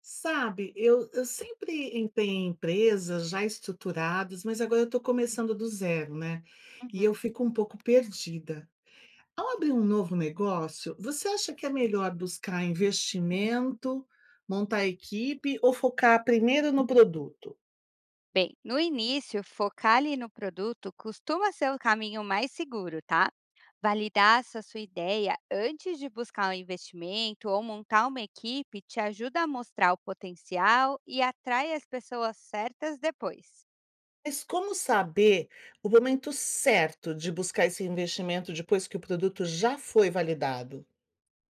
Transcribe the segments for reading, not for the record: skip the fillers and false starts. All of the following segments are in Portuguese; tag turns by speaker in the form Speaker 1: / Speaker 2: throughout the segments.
Speaker 1: Sabe, eu sempre entrei em empresas já estruturadas, mas agora eu estou começando do zero, né? E
Speaker 2: Uhum.
Speaker 1: eu fico um pouco perdida. Ao abrir um novo negócio, você acha que é melhor buscar investimento, montar equipe ou focar primeiro no produto?
Speaker 2: Bem, no início, focar ali no produto costuma ser o caminho mais seguro, tá? Validar essa sua ideia antes de buscar um investimento ou montar uma equipe te ajuda a mostrar o potencial e atrai as pessoas certas depois.
Speaker 1: Mas como saber o momento certo de buscar esse investimento depois que o produto já foi validado?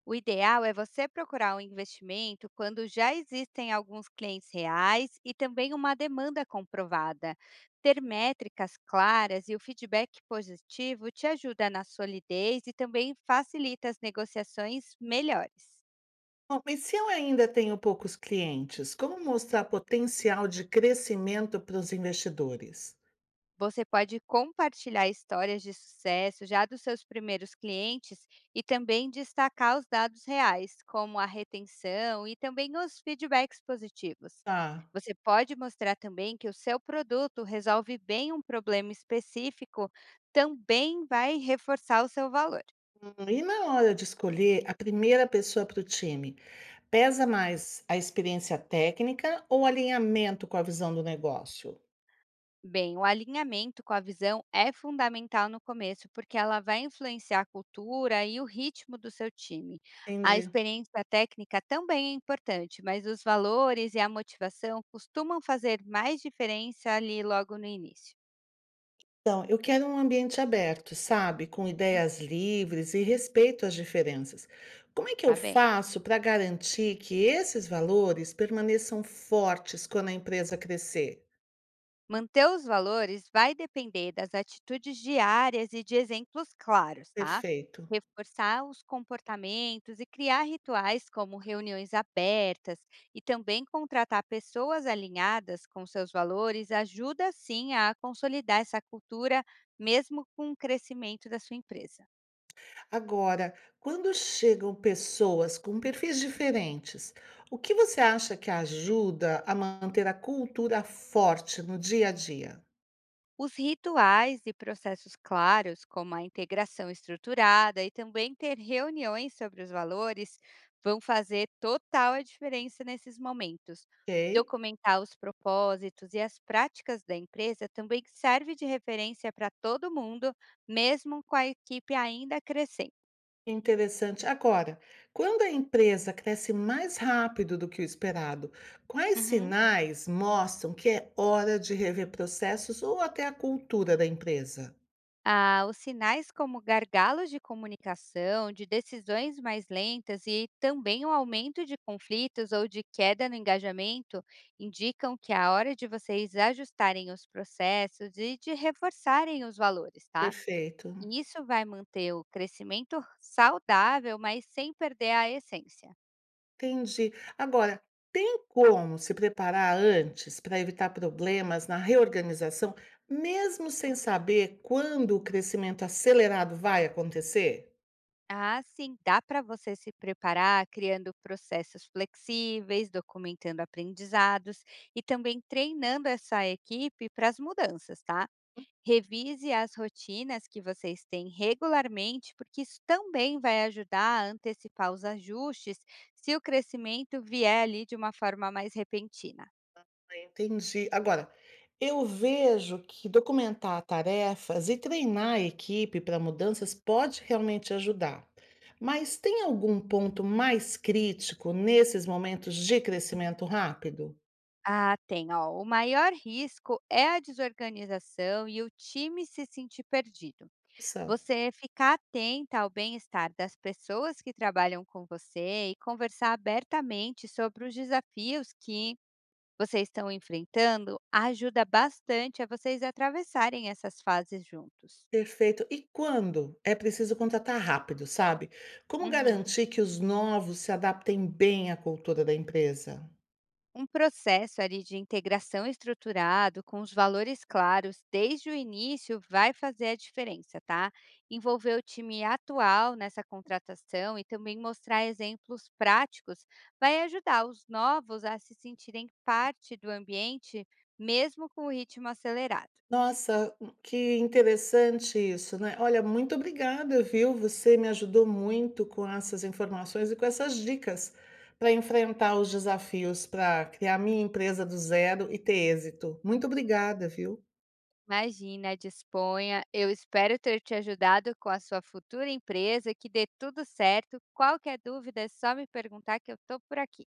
Speaker 2: O ideal é você procurar um investimento quando já existem alguns clientes reais e também uma demanda comprovada. Ter métricas claras e o feedback positivo te ajuda na solidez e também facilita as negociações melhores.
Speaker 1: Bom, mas se eu ainda tenho poucos clientes, como mostrar potencial de crescimento para os investidores?
Speaker 2: Você pode compartilhar histórias de sucesso já dos seus primeiros clientes e também destacar os dados reais, como a retenção e também os feedbacks positivos.
Speaker 1: Tá.
Speaker 2: Você pode mostrar também que o seu produto resolve bem um problema específico, também vai reforçar o seu valor.
Speaker 1: E na hora de escolher a primeira pessoa para o time, pesa mais a experiência técnica ou alinhamento com a visão do negócio?
Speaker 2: Bem, o alinhamento com a visão é fundamental no começo, porque ela vai influenciar a cultura e o ritmo do seu time. A
Speaker 1: Entendi.
Speaker 2: experiência técnica também é importante, mas os valores e a motivação costumam fazer mais diferença ali logo no início.
Speaker 1: Então, eu quero um ambiente aberto, sabe? Com
Speaker 2: Hum,
Speaker 1: ideias livres e respeito às diferenças. Como é que
Speaker 2: tá
Speaker 1: eu
Speaker 2: bem?
Speaker 1: faço para garantir que esses valores permaneçam fortes quando a empresa crescer?
Speaker 2: Manter os valores vai depender das atitudes diárias e de exemplos claros, tá?
Speaker 1: Perfeito.
Speaker 2: Reforçar os comportamentos e criar rituais como reuniões abertas e também contratar pessoas alinhadas com seus valores ajuda sim a consolidar essa cultura, mesmo com o crescimento da sua empresa.
Speaker 1: Agora, quando chegam pessoas com perfis diferentes, o que você acha que ajuda a manter a cultura forte no dia a dia?
Speaker 2: Os rituais e processos claros, como a integração estruturada e também ter reuniões sobre os valores, vão fazer total a diferença nesses momentos.
Speaker 1: Ok,
Speaker 2: Documentar os propósitos e as práticas da empresa também serve de referência para todo mundo, mesmo com a equipe ainda crescendo.
Speaker 1: interessante. Agora, quando a empresa cresce mais rápido do que o esperado, quais
Speaker 2: Uhum.
Speaker 1: sinais mostram que é hora de rever processos ou até a cultura da empresa?
Speaker 2: Ah, os sinais como gargalos de comunicação, de decisões mais lentas e também o aumento de conflitos ou de queda no engajamento indicam que é a hora de vocês ajustarem os processos e de reforçarem os valores, tá?
Speaker 1: Perfeito.
Speaker 2: E isso vai manter o crescimento saudável, mas sem perder a essência.
Speaker 1: Entendi. Agora, tem como se preparar antes para evitar problemas na reorganização, mesmo sem saber quando o crescimento acelerado vai acontecer?
Speaker 2: Ah, sim, dá para você se preparar criando processos flexíveis, documentando aprendizados e também treinando essa equipe para as mudanças, tá? Revise as rotinas que vocês têm regularmente, porque isso também vai ajudar a antecipar os ajustes se o crescimento vier ali de uma forma mais repentina.
Speaker 1: Entendi. Agora, eu vejo que documentar tarefas e treinar a equipe para mudanças pode realmente ajudar. Mas tem algum ponto mais crítico nesses momentos de crescimento rápido?
Speaker 2: Ah, tem, ó. O maior risco é a desorganização e o time se sentir perdido. Você ficar atenta ao bem-estar das pessoas que trabalham com você e conversar abertamente sobre os desafios que vocês estão enfrentando ajuda bastante a vocês atravessarem essas fases juntos.
Speaker 1: Perfeito. E quando é preciso contratar rápido, sabe? Como
Speaker 2: Uhum.
Speaker 1: garantir que os novos se adaptem bem à cultura da empresa?
Speaker 2: Um processo ali de integração estruturado, com os valores claros desde o início, vai fazer a diferença, tá? Envolver o time atual nessa contratação e também mostrar exemplos práticos vai ajudar os novos a se sentirem parte do ambiente, mesmo com o ritmo acelerado.
Speaker 1: Nossa, que interessante isso, né? Olha, muito obrigada, viu? Você me ajudou muito com essas informações e com essas dicas para enfrentar os desafios, para criar minha empresa do zero e ter êxito. Muito obrigada, viu?
Speaker 2: Imagina, disponha. Eu espero ter te ajudado com a sua futura empresa, que dê tudo certo. Qualquer dúvida é só me perguntar que eu estou por aqui.